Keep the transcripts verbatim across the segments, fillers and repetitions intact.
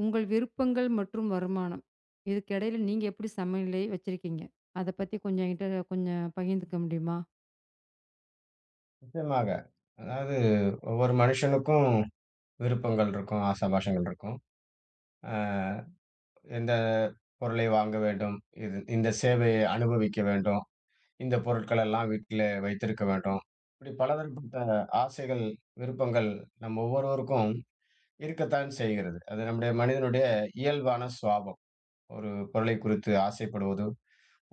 உங்கள் விருப்பங்கள் மற்றும் வருமானம். இதுக்கிடையில நீங்க எப்படி சமநிலை வச்சிருக்கீங்க? அத பத்தி கொஞ்சம் என்கிட்ட கொஞ்சம் பகிர்ந்துக்க முடியுமா? நிச்சயமாக. அதாவது ஒவ்வொரு மனுஷனுக்கும் விருப்பங்கள் இருக்கும், ஆசாபாசங்கள் இருக்கும். அ எந்த பொருளை வாங்க வேண்டும், இது இந்த சேவையை அனுபவிக்க வேண்டும், இந்த பொருட்கள் எல்லாம் வீட்டில வைத்திருக்க வேண்டும். இப்படி பலதரப்பட்ட ஆசைகள், விருப்பங்கள் நம் ஒவ்வொருவருக்கும் இருக்கத்தான் செய்கிறது. அது நம்முடைய மனிதனுடைய இயல்பான சுவாபம். ஒரு பொருளை குறித்து ஆசைப்படுவதும்,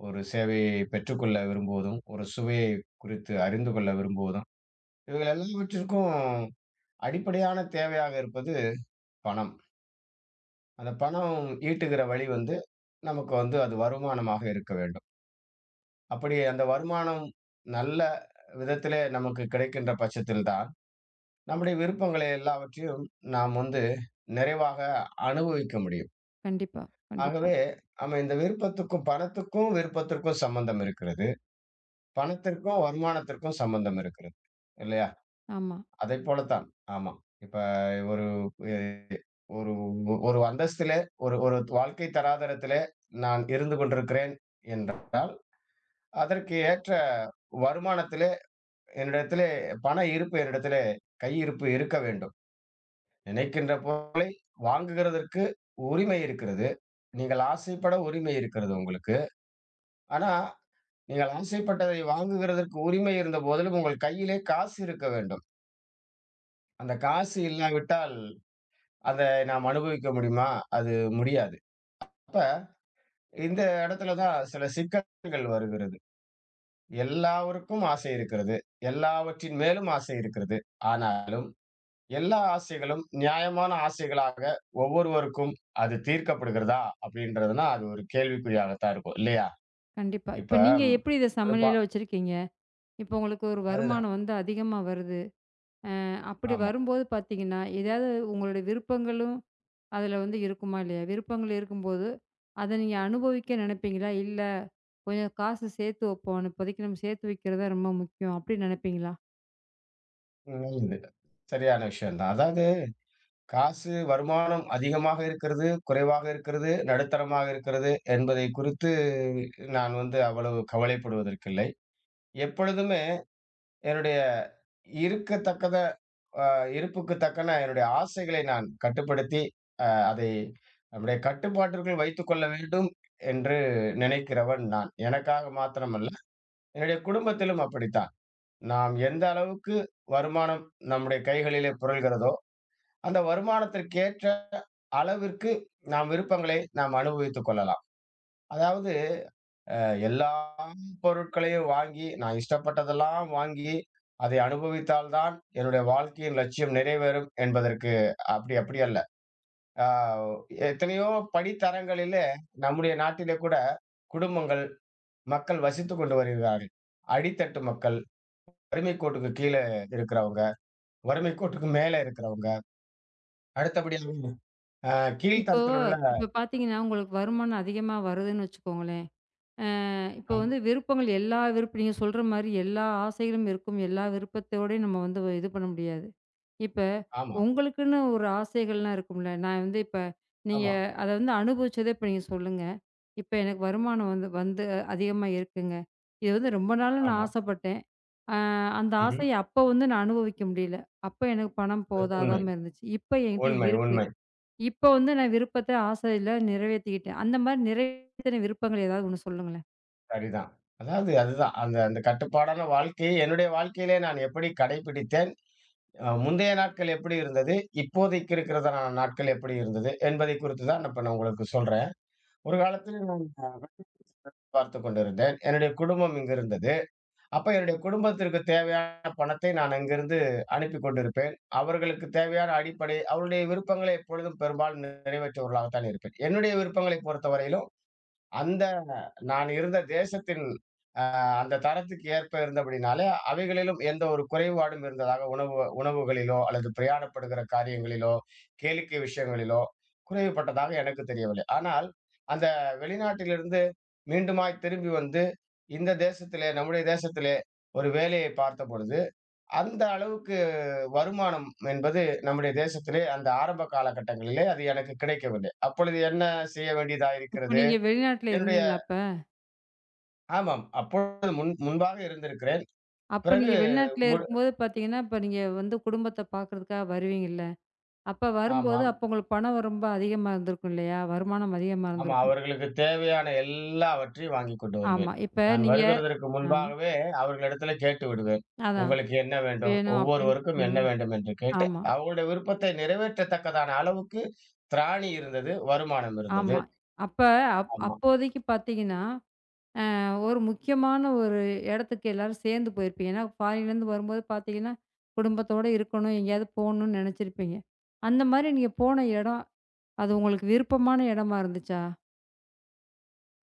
ஒரு சேவையை பெற்றுக்கொள்ள விரும்புவதும், ஒரு சுவையை குறித்து அறிந்து கொள்ள விரும்புவதும், இவைகள் எல்லாவற்றிற்கும் அடிப்படையான தேவையாக இருப்பது பணம். அந்த பணம் ஈட்டுகிற வழி வந்து, நமக்கு வந்து அது வருமானமாக இருக்க வேண்டும். அப்படி அந்த வருமானம் நல்ல விதத்திலே நமக்கு கிடைக்கின்ற பட்சத்தில் தான், நம்முடைய விருப்பங்களை எல்லாவற்றையும் நாம் வந்து நிறைவாக அனுபவிக்க முடியும். கண்டிப்பா, கண்டிப்பா. ஆகவே, நம்ம இந்த விருப்பத்துக்கும் பணத்துக்கும் விருப்பத்திற்கும் சம்பந்தம் இருக்கிறது. பணத்திற்கும் வருமானத்திற்கும் சம்பந்தம் இருக்கிறது. இல்லையா? ஆமா, அதைப் போலத்தான். ஆமா. இப்ப ஒரு ஒரு ஒரு அந்தஸ்திலே, ஒரு ஒரு வாழ்க்கை தராதரத்திலே நான் இருந்து கொண்டிருக்கிறேன் என்றால், அதற்கு ஏற்ற வருமானத்திலே என்னிடத்திலே பண இருப்பு என்னிடத்திலே கையிருப்பு இருக்க வேண்டும். நினைக்கின்ற பொருளை வாங்குகிறதற்கு உரிமை இருக்கிறது. நீங்கள் ஆசைப்பட உரிமை இருக்கிறது உங்களுக்கு. ஆனா, நீங்கள் ஆசைப்பட்டதை வாங்குகிறதற்கு உரிமை இருந்தபோதிலும், உங்கள் கையிலே காசு இருக்க வேண்டும். அந்த காசு இல்லாவிட்டால், அதை நாம் அனுபவிக்க முடியுமா? அது முடியாது. அப்ப இந்த இடத்துல தான் சில சிக்கல்கள் வருகிறது. எல்லாருக்கும் ஆசை இருக்கிறது. எல்லாவற்றின் மேலும் ஆசை இருக்கிறது. ஆனாலும் எல்லா ஆசைகளும் நியாயமான ஆசைகளாக ஒவ்வொருவருக்கும் அது தீர்க்கப்படுகிறதா? அப்படின்றதுனா அது ஒரு கேள்விக்குறியாகத்தான் இருக்கும். இல்லையா? கண்டிப்பா. இப்ப இப்ப நீங்க ம் எப்படி இத ஒரு பா சமநிலையில வச்சிருக்கீங்க? இப்ப உங்களுக்கு ஒரு அதுதான். வருமானம் வந்து அதிகமா வருது. அ அப்படி ஆமா. வரும்போது பார்த்தீங்கன்னா, ஏதாவது உங்களுடைய விருப்பங்களும் அதுல வந்து இருக்குமா இல்லையா? விருப்பங்கள் இருக்கும்போது, அத நீங்க அனுபவிக்க நினைப்பீங்களா? இல்ல கொஞ்சம் காசு சேர்த்து வைப்போம். இப்போதைக்கு நம்ம சேர்த்து வைக்கிறது தான் ரொம்ப முக்கியம். அப்படின்னு நினைப்பீங்களா? நல்லது. சரியான விஷயம் தான். அதாவது காசு வருமானம் அதிகமாக இருக்கிறது, குறைவாக இருக்கிறது, நடுத்தரமாக இருக்கிறது என்பதை குறித்து நான் வந்து அவ்வளவு கவலைப்படுவதற்கில்லை. எப்பொழுதுமே என்னுடைய இருக்கத்தக்கத அ இருப்புக்கு தக்கன என்னுடைய ஆசைகளை நான் கட்டுப்படுத்தி, அ அதை நம்முடைய கட்டுப்பாட்டிற்குள் வைத்துக்கொள்ள வேண்டும் என்று நினைக்கிறவன் நான். எனக்காக மாத்திரமல்ல, என்னுடைய குடும்பத்திலும் அப்படித்தான். நாம் எந்த அளவுக்கு வருமானம் நம்முடைய கைகளிலே புரள்கிறதோ, அந்த வருமானத்திற்கேற்ற அளவிற்கு நாம் விருப்பங்களை நாம் அனுபவித்துக் கொள்ளலாம். அதாவது எல்லா பொருட்களையும் வாங்கி, நான் இஷ்டப்பட்டதெல்லாம் வாங்கி, அதை அனுபவித்தால் தான் என்னுடைய வாழ்க்கையின் லட்சியம் நிறைவேறும் என்பதற்கு அப்படி அப்படி அல்ல. ஆ எத்தனையோ படித்தரங்களிலே நம்முடைய நாட்டிலே கூட குடும்பங்கள், மக்கள் வசித்துக் கொண்டு வருகிறார்கள். அடித்தட்டு மக்கள், வறுமை கோட்டுக்கு கீழ இருக்கிறவங்க, வறுமை கோட்டுக்கு மேல இருக்கிறவங்க, அடுத்தபடியாக அ இப்போ கீழ்த்தரத்திலுள்ள இப்போ பார்த்தீங்கன்னா, உங்களுக்கு வருமானம் அதிகமா வருதுன்னு வச்சுக்கோங்களேன். அ இப்போ ஆமா, வந்து விருப்பங்கள் எல்லா விருப்பம் நீங்க சொல்ற மாரி எல்லா ஆசைகளும் இருக்கும். எல்லா விருப்பத்தோடயும் நம்ம வந்து இது பண்ண முடியாது. இப்ப ஆமா, உங்களுக்குன்னு ஒரு ஆசைகள்லாம் இருக்கும்ல. நான் வந்து இப்ப நீங்க ஆமா, அத வந்து அனுபவிச்சத இப்ப நீங்க சொல்லுங்க. இப்ப எனக்கு வருமானம் வந்து வந்து அதிகமா இருக்குங்க. இது வந்து ரொம்ப நாளா நான் ஆமா. ஆசைப்பட்டேன். அ அந்த ம்ஹ்ம். ஆசைய அப்ப வந்து நான் அனுபவிக்க முடியல. அப்ப எனக்கு பணம் உண்மை, போதாதாம இருந்துச்சு. இப்ப என்கிட்ட உண்மை, இருக்கு. உண்மை. இப்போ வந்து நான் விருப்பத்த ஆசையில நிறைவேத்திக்கிட்டேன். அந்த மாரி நிறைவேத்தின விருப்பங்கள் ஏதாவது ஒண்ணு சொல்லுங்களேன்? சரிதான். அதாவது அதுதான். அந்த அந்த கட்டுப்பாடான வாழ்க்கையை என்னுடைய வாழ்க்கையிலே நான் எப்படி கடைப்பிடித்தேன்? அ முந்தைய நாட்கள் எப்படி இருந்தது? இப்போதைக்கு இருக்கிறதான நாட்கள் எப்படி இருந்தது? என்பதை குறித்து தான் இப்ப நான் உங்களுக்கு சொல்றேன். ஒரு காலத்திலே நான் பார்த்துக் கொண்டிருந்தேன். என்னுடைய குடும்பம் இங்கு இருந்தது. அப்ப என்னுடைய குடும்பத்திற்கு தேவையான பணத்தை நான் அங்கிருந்து அனுப்பிக் கொண்டிருப்பேன். அவர்களுக்கு தேவையான அடிப்படை அவருடைய விருப்பங்களை எப்பொழுதும் பெரும்பாலும் நிறைவேற்றியவர்களாகத்தான் இருப்பேன். என்னுடைய விருப்பங்களை பொறுத்தவரையிலும் அந்த நான் இருந்த தேசத்தின் அ அந்த தரத்துக்கு ஏற்ப இருந்தபடினாலே, அவைகளிலும் எந்த ஒரு குறைபாடும் இருந்ததாக உணவு உணவுகளிலோ, அல்லது பிரயாணப்படுகிற காரியங்களிலோ, கேளிக்கை விஷயங்களிலோ குறைவுபட்டதாக எனக்கு தெரியவில்லை. ஆனால், அந்த வெளிநாட்டிலிருந்து மீண்டுமாய் திரும்பி வந்து, இந்த தேசத்திலே, நம்முடைய தேசத்திலே ஒரு வேலையை பார்த்தபொழுது, அந்த அளவுக்கு வருமானம் என்பது நம்முடைய தேசத்திலே அந்த ஆரம்ப காலகட்டங்களிலே அது எனக்கு கிடைக்கவில்லை. அப்பொழுது என்ன செய்ய வேண்டியதா இப்ப இருக்கிறது? நீங்க வெளிநாட்ல என்னுடைய இருந்தீங்களா அப்ப? ஆமாம். அப்பொழுது முன் முன்பாக இருந்திருக்கிறேன். அப்ப நீங்க பிறகு வெளிநாட்ல முழு இருக்கும்போது பார்த்தீங்கன்னா, இப்ப நீங்க வந்து குடும்பத்த பார்க்கறதுக்காக வருவீங்கல்ல? அப்ப வரும்போது ஆமாம், அப்ப உங்களுக்கு பணம் ரொம்ப அதிகமா இருந்திருக்கும் இல்லையா? வருமானம் அதிகமா ஆமா. இருந்திருக்கும். அவர்களுக்கு தேவையான எல்லாவற்றையும் வாங்கிக் கொண்டு வருவேன். ஆமா. இப்ப நான் நீங்க வருகிறதற்கு ஆமா. முன்பாகவே அவர்களிடத்தில கேட்டு விடுவேன். அதான் உங்களுக்கு என்ன வேண்டும்? வேணும் அப்டின்ட்டு. ஒவ்வொருவருக்கும் என்ன ம். வேண்டும் என்று கேட்டு, ஆமா, அவர்களுடைய விருப்பத்தை நிறைவேற்றத்தக்கதான அளவுக்கு திராணி இருந்தது, வருமானம் இருந்தது. ஆமா. அப்ப அப் ஆமா. அப்போதைக்கு பார்த்தீங்கன்னா, ஒரு முக்கியமான ஒரு இடத்துக்கு எல்லாரும் சேர்ந்து போயிருப்பீங்க. ஏன்னா, ஃபாரின்லேருந்து வரும்போது பார்த்தீங்கன்னா, குடும்பத்தோட இருக்கணும், எங்கேயாவது போணும்னு நெனச்சிருப்பீங்க. அந்த மாரி நீங்க போன இடம், அது உங்களுக்கு விருப்பமான இடமா இருந்துச்சா?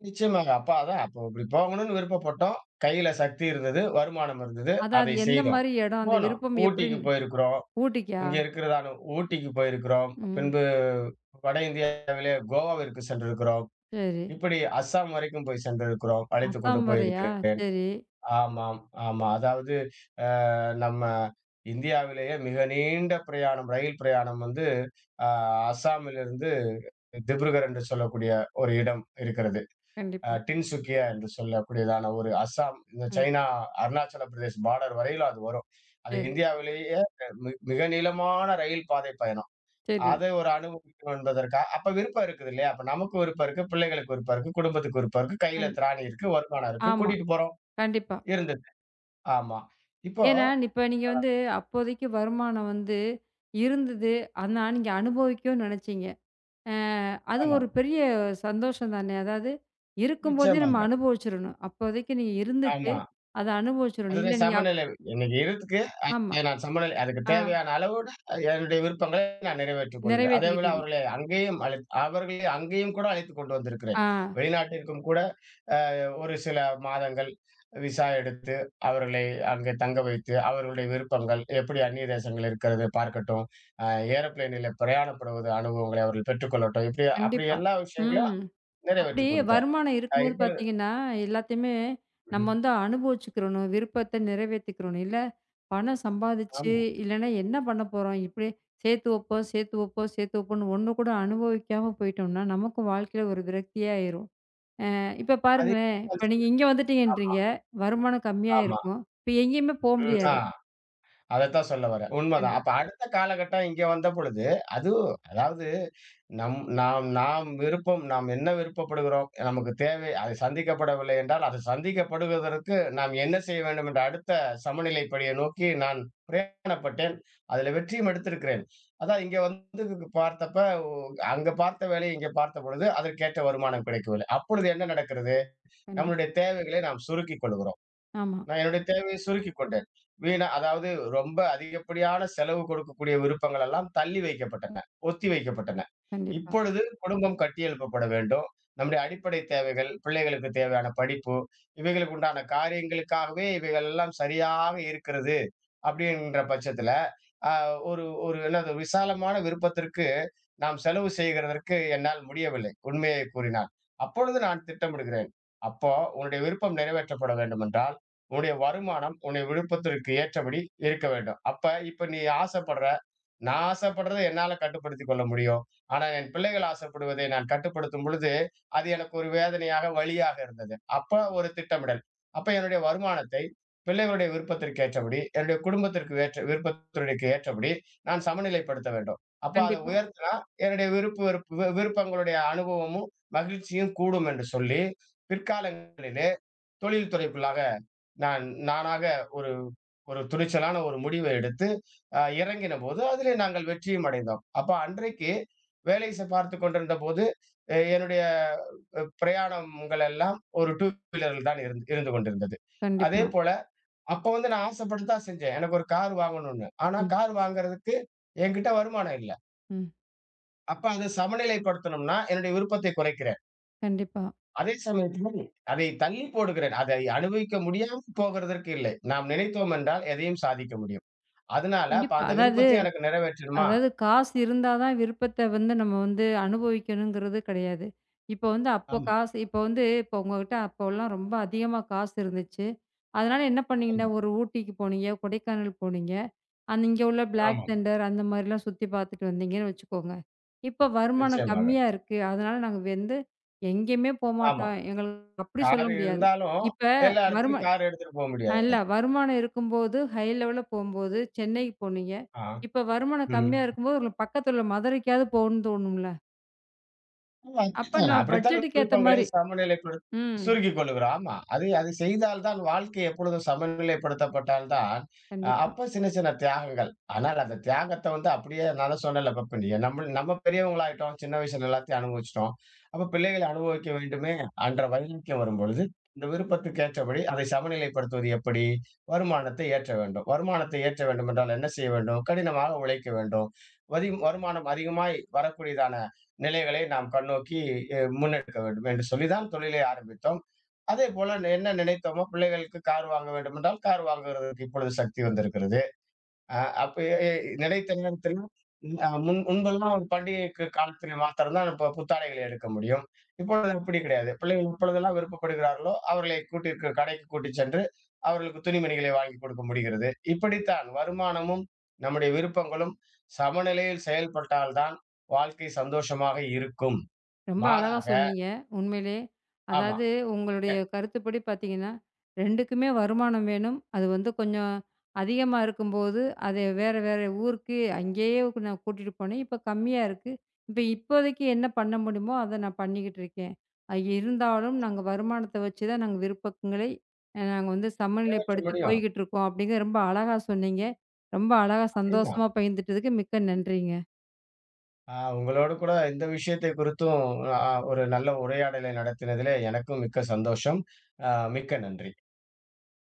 நிச்சயமாக. அப்ப அதான் அப்போ இப்படி போகணும்னு விருப்பப்பட்டோம். கையில சக்தி இருந்தது, வருமானம் இருந்தது. அதான் அது அதை எந்த செய்தோம். மாரி இடம்? அந்த போனோம். விருப்பம் ஊட்டிக்கு எப்படின்னு. போயிருக்கிறோம். ஊட்டிக்கா? இங்க இருக்கிறதான ஊட்டிக்கு போயிருக்கிறோம். ம். பின்பு வட இந்தியாவிலே கோவாவிற்கு சென்றிருக்கிறோம். சரி. இப்படி அஸ்ஸாம் வரைக்கும் போய் சென்றிருக்கிறோம். அழைத்துக் கொண்டு அசாம் வரையா? போயிருக்கிறேன். சரி. ஆமாம், ஆமா. அதாவது அ நம்ம இந்தியாவிலேயே மிக நீண்ட பிரயாணம், ரயில் பிரயாணம் வந்து அ அஸ்ஸாமிலிருந்து திப்ருகர் என்று சொல்லக்கூடிய ஒரு இடம் இருக்கிறது. அ கண்டிப்பா. டின்சுக்கியா என்று சொல்லக்கூடியதான ஒரு அஸ்ஸாம் இந்த ம். சைனா, அருணாச்சல பிரதேஷ் பார்டர் வரையிலும் அது வரும். அது சரி, இந்தியாவிலேயே மிக மிக நீளமான ரயில் பாதை பயணம். சரி. அதை ஒரு அனுபவிக்கணும் என்பதற்கா அப்ப விருப்பம் இருக்குது இல்லையா? அப்ப நமக்கு விருப்பம் இருக்கு, பிள்ளைகளுக்கு விருப்பம் இருக்கு, குடும்பத்துக்கு விருப்பம் இருக்கு, கையில கண் திராணி இருக்கு, வருமானம் இருக்கு, ஆமா. கூட்டிட்டு போறோம். கண்டிப்பா. இருந்தது. ஆமா. இப்போ ஏன்னா, இப்ப நீங்க வந்து அப்போதைக்கு வருமானம் வந்து இருந்தது. ஆனா, நீங்க அனுபவிக்கணும்னு நெனச்சீங்க. அ அது ஆமா. ஒரு பெரிய சந்தோஷம் தானே! அதாவது இருக்கும்போதே நம்ம நிச்சயமாங்க. அனுபவிச்சிரணும். அப்போதைக்கு நீங்க இருந்துச்சு, ஆமா. அத அனுபவிச்சிரணும். இல்ல அதுதான் நீங்க அப் சமநிலை. இன்னைக்கு இருக்கு ஆமா. ஏ நான் சமநிலை அதுக்கு ஆ தேவையான அளவோட என்னுடைய விருப்பங்களை நான் நிறைவேற்றிக் கொள்கிறேன். அதேபோல நிறைவேத்திக்கிட்டீங்க. அவர்களை அங்கேயும் அழைத் அவர்களை அங்கேயும் கூட அழைத்துக் கொண்டு வந்திருக்கிறேன். ஆ வெளிநாட்டிற்கும் கூட அ ஒரு சில மாதங்கள் விசா எடுத்து, அவர்களை அங்கே தங்க வைத்து, அவர்களுடைய விருப்பங்கள் எப்படி அந்நிய தேசங்கள் இருக்கிறது பார்க்கட்டும். அ ஏரோப்ளேனில பிரயாணப்படுவது அனுபவங்களை அவர்கள் பெற்றுக்கொள்ளட்டும். இப்படி அப்படி கண்டிப்பா. எல்லா ம். விஷயங்களையும் அப்படி நிறைவேற்றிக் கொடுத்தேன். வருமானம் அ இருக்கும்போது இப்பொழுது பார்த்தீங்கன்னா, எல்லாத்தையுமே நம்ம ம். வந்து அனுபவிச்சுக்கிறணும். விருப்பத்த நிறைவேத்திக்கிறணும். இல்ல பணம் சம்பாதிச்சு, ஆமா. இல்லன்னா என்ன பண்ண போறோம்? இப்படியே சேர்த்து வைப்போம், சேர்த்து வைப்போம், சேர்த்து வைப்போம்ன்னு ஒண்ணு கூட அனுபவிக்காம போயிட்டோம்னா, நமக்கும் வாழ்க்கையில ஒரு விரக்தியா ஆயிரும். இப்ப அதே பாருங்களேன், இப்ப நீங்க இங்க ஆமா, வந்துட்டீங்கன்றீங்க. வருமானம் கம்மியா ஆமா. இருக்கும். இப்ப எங்கேயுமே போ ம். ஆ. முடியாது. அதத்தான் சொல்ல வரேன். உண்மதான். கண்டிப் அப்ப அடுத்த காலகட்டம் இங்க வந்த பொழுது, அது அதாவது நம் நாம் நாம் விருப்பம் நாம் என்ன விருப்பப்படுகிறோம்? நமக்கு தேவை அது சந்திக்கப்படவில்லை என்றால், அது சந்திக்கப்படுவதற்கு நாம் என்ன செய்ய வேண்டும் என்ற அடுத்த சமநிலைப்படியை நோக்கி நான் பிரயாணப்பட்டேன். அதில வெற்றியும் எடுத்திருக்கிறேன். அதான் இங்க வந்து பார்த்தப்ப, ஒ அங்க பார்த்த வேலையை இங்க பார்த்த பொழுது, அதற்கேற்ற வருமானம் கிடைக்கவில்லை. அப்பொழுது என்ன நடக்கிறது? கண்டிப் நம்மளுடைய தேவைகளை நாம் சுருக்கிக் கொள்கிறோம். ஆமா. நான் என்னுடைய தேவையை சுருக்கிக் கொண்டேன். வீணா அதாவது ரொம்ப அதிகப்படியான செலவு கொடுக்கக்கூடிய விருப்பங்கள் எல்லாம் தள்ளி வைக்கப்பட்டன. ஒத்தி வைக்கப்பட்டன. கண்டிப்பா, இப்பொழுது குடும்பம் கட்டியெழுப்பப்பட வேண்டும். நம்முடைய அடிப்படை தேவைகள், பிள்ளைகளுக்கு தேவையான படிப்பு, இவைகளுக்கு உண்டான காரியங்களுக்காகவே இவைகள் எல்லாம் சரியாக இருக்கிறது. அப்படின்ற பட்சத்துல, அ ஒரு ஒரு என்னது விசாலமான விருப்பத்திற்கு நாம் செலவு செய்கிறதற்கு என்னால் முடியவில்லை. உண்மையை கூறினால். அப்பொழுது நான் திட்டமிடுகிறேன். அப்போ உன்னுடைய விருப்பம் நிறைவேற்றப்பட வேண்டுமென்றால், உன்னுடைய வருமானம் உன்னுடைய விருப்பத்திற்கு ஏற்றபடி இருக்க வேண்டும். அப்ப இப்ப நீ ஆசைப்படுற, நான் ஆசைப்படுறத என்னால கட்டுப்படுத்திக் கொள்ள முடியும். ஆனா என் பிள்ளைகள் ஆசைப்படுவதை நான் கட்டுப்படுத்தும் பொழுது, அது எனக்கு ஒரு வேதனையாக, வலியாக இருந்தது. அப்ப ஒரு திட்டமிடல். அப்ப என்னுடைய வருமானத்தை பிள்ளைகளுடைய விருப்பத்திற்கு ஏற்றபடி, என்னுடைய குடும்பத்திற்கு ஏற்ற விருப்பத்திற்கு ஏற்றபடி நான் சமநிலைப்படுத்த வேண்டும். அப்ப அத கண்டிப்பா, உயர்த்தினா என்னுடைய விருப்பு வெறுப்பு வி விருப்பங்களுடைய அனுபவமும், மகிழ்ச்சியும் கூடும் என்று சொல்லி, பிற்காலங்களிலே தொழில் துறைக்குள்ளாக நான் நானாக ஒரு ஒரு துணிச்சலான ஒரு முடிவை எடுத்து அ இறங்கினபோது, அதிலே நாங்கள் வெற்றியும் அடைந்தோம். அப்ப அன்றைக்கு வேலை செ பார்த்துக் கொண்டிருந்தபோது, எ என்னுடைய அ பிரயாணங்கள் எல்லாம் ஒரு டூ வீலரில் தான் இருந்து இருந்து கொண்டிருந்தது. கண்டிப்பா. அதேபோல அப்ப வந்து நான் ஆசைப்பட்டு தான் செஞ்சேன். எனக்கு ஒரு கார் வாங்கணும்னு. ஆனா ம், கார் வாங்குறதுக்கு என்கிட்ட வருமானம் இல்ல. ம். அப்ப அத சமநிலைப்படுத்தணும்னா என்னுடைய விருப்பத்தை குறைக்கிறேன். கண்டிப்பா, அதே சமயத்தில அதை தள்ளி போடுகிறேன். அதை அனுபவிக்க முடியாம போகிறதற்கு இல்லை. நாம் நினைத்தோம் என்றால் எதையும் சாதிக்க முடியும். அதனால அப்ப கண்டிப்பா. அந்த அதாவது விருப்பத்தையும் எனக்கு நிறைவேற்றணுமா? அதாவது காசு இருந்தா தான் விருப்பத்த வந்து நம்ம வந்து அனுபவிக்கணுங்கிறது கிடையாது. இப்ப வந்து அப்போ ஆமா. காசு இப்ப வந்து இப்ப உங்ககிட்ட அப்போலாம் ரொம்ப அதிகமா காசு இருந்துச்சு. அதனால என்ன பண்ணீங்கன்னா, ஆமா, ஒரு ஊட்டிக்கு போனீங்க, கொடைக்கானல் போனீங்க. அந்த இங்க உள்ள பிளாக் ஆமாம். தண்டர் அந்த மாரிலாம் சுத்தி பார்த்துட்டு வந்தீங்கன்னு வச்சுக்கோங்க. இப்ப வருமானம் நிச்சயமாக. கம்மியா இருக்கு. அதனால நாங்க வந்து எங்கேயுமே ஆமா. போமாட்டோம். எங்களுக்கு அப்படி சொல்ல கார் முடியாது. இருந்தாலும் இப்ப எல்லா வருமா இடத்துலயும் கார் எடுத்துட்டு போ இல்ல முடியாது. வருமானம் இருக்கும்போது, ஹை லெவல்ல போம்போது சென்னைக்கு போனீங்க. ஆ. இப்ப வருமானம் ம். கம்மியா இருக்கும்போது, உங்களுக்கு பக்கத்துல உள்ள மதுரைக்காவது போகணும்னு தோணும்ல? ஆமா, அப்ப அப்படித்தான். நான் அப்படித்தான் பட்ஜெட்டுக்கு ஏத்த விருப்பங்களை மாரி. சமநிலைப்படுத் ம். சுருக்கிக் கொள்ளுகிறோம். ஆமா. அது அது செய்தால் தான் வாழ்க்கை எப்பொழுதும் சமநிலைப்படுத்தப்பட்டால் தான், அ கண்டிப்பா. அப்ப சின்ன சின்ன தியாகங்கள். ஆனால் அந்த தியாகத்த வந்து அப்படியே நான் தான் சொன்னேன்ல இப்ப நீ நம்ம நம்ம பெரியவங்களாயிட்டோம். சின்ன வயசுல எல்லாத்தையும் அனுபவிச்சுட்டோம். அப்ப பிள்ளைகள அனுபவிக்க வேண்டுமே என்ற வைராக்கியம் வரும்பொழுது, இந்த விருப்பத்துக்கு ஏற்றபடி அதை சமநிலைப்படுத்துவது எப்படி? வருமானத்தை ஏற்ற வேண்டும். வருமானத்தை ஏற்ற வேண்டும் என்றால் என்ன செய்ய வேண்டும்? கடினமாக உழைக்க வேண்டும். வதி வருமானம் அதிகமாய் வரக்கூடியதான நிலைகளை நாம் கண்ணோக்கி அ முன்னெடுக்க வேண்டும் என்று சொல்லி தான் தொழிலை ஆரம்பித்தோம். அதேபோல என்ன நினைத்தோமோ பிள்ளைகளுக்கு கார் வாங்க வேண்டும் என்றால், கார் வாங்குவதற்கு இப்பொழுது சக்தி வந்திருக்கிறது. அ அப்ப எ எ இடைத்தரகர்கள் அ முன் முன்பெல்லாம் ஒரு பண்டிகைக்கு காலத்தில மாத்திரம் தான் இப்ப புத்தாடைகளை எடுக்க முடியும். இப்பொழுது அப்படி கிடையாது. பிள்ளைகள் எப்பொழுதெல்லாம் விருப்பப்படுகிறார்களோ, அவர்களை கூட்டிற்கு கடைக்கு கூட்டிச் சென்று, அவர்களுக்கு துணிமணிகளை வாங்கிக் கொடுக்க முடிகிறது. இப்படித்தான் வருமானமும், நம்முடைய விருப்பங்களும் சமநிலையில் செயல்பட்டால் தான் வாழ்க்கை சந்தோஷமாக இருக்கும். ரொம்ப அழகா மாறாக சொன்னீங்க. உண்மையிலேயே. ஆமா. அதாவது எ உங்களுடைய கருத்துப்படி பார்த்தீங்கன்னா, ரெண்டுக்குமே வருமானம் வேணும். அது வந்து கொஞ்சம் அதிகமா இருக்கும்போது, அது வேற வேற ஊருக்கு அங்கேயே கு- நான் கூட்டிட்டு போனேன். இப்ப கம்மியா இருக்கு. இப்ப இப்போதைக்கு என்ன பண்ண முடியுமோ, அத நான் பண்ணிக்கிட்டு இருக்கேன். அது இருந்தாலும் நாங்க வருமானத்த வச்சு தான் நாங்க விருப்பங்களை அ நாங்க வந்து நிறைவேற்ற சமநிலைப்படுத்தி முடியும். போய்க்கிட்டு இருக்கோம். அப்படிங்க ரொம்ப அழகா சொன்னீங்க. ரொம்ப அழகா அப்படித்தான். சந்தோஷமா பகிர்ந்துட்டதுக்கு மிக்க நன்றிங்க. ஆ உங்களோடு கூட இந்த விஷயத்தை குறித்தும் அ ஒரு நல்ல உரையாடலை நடத்தினதிலே எனக்கும் மிக்க சந்தோஷம். அ மிக்க நன்றி.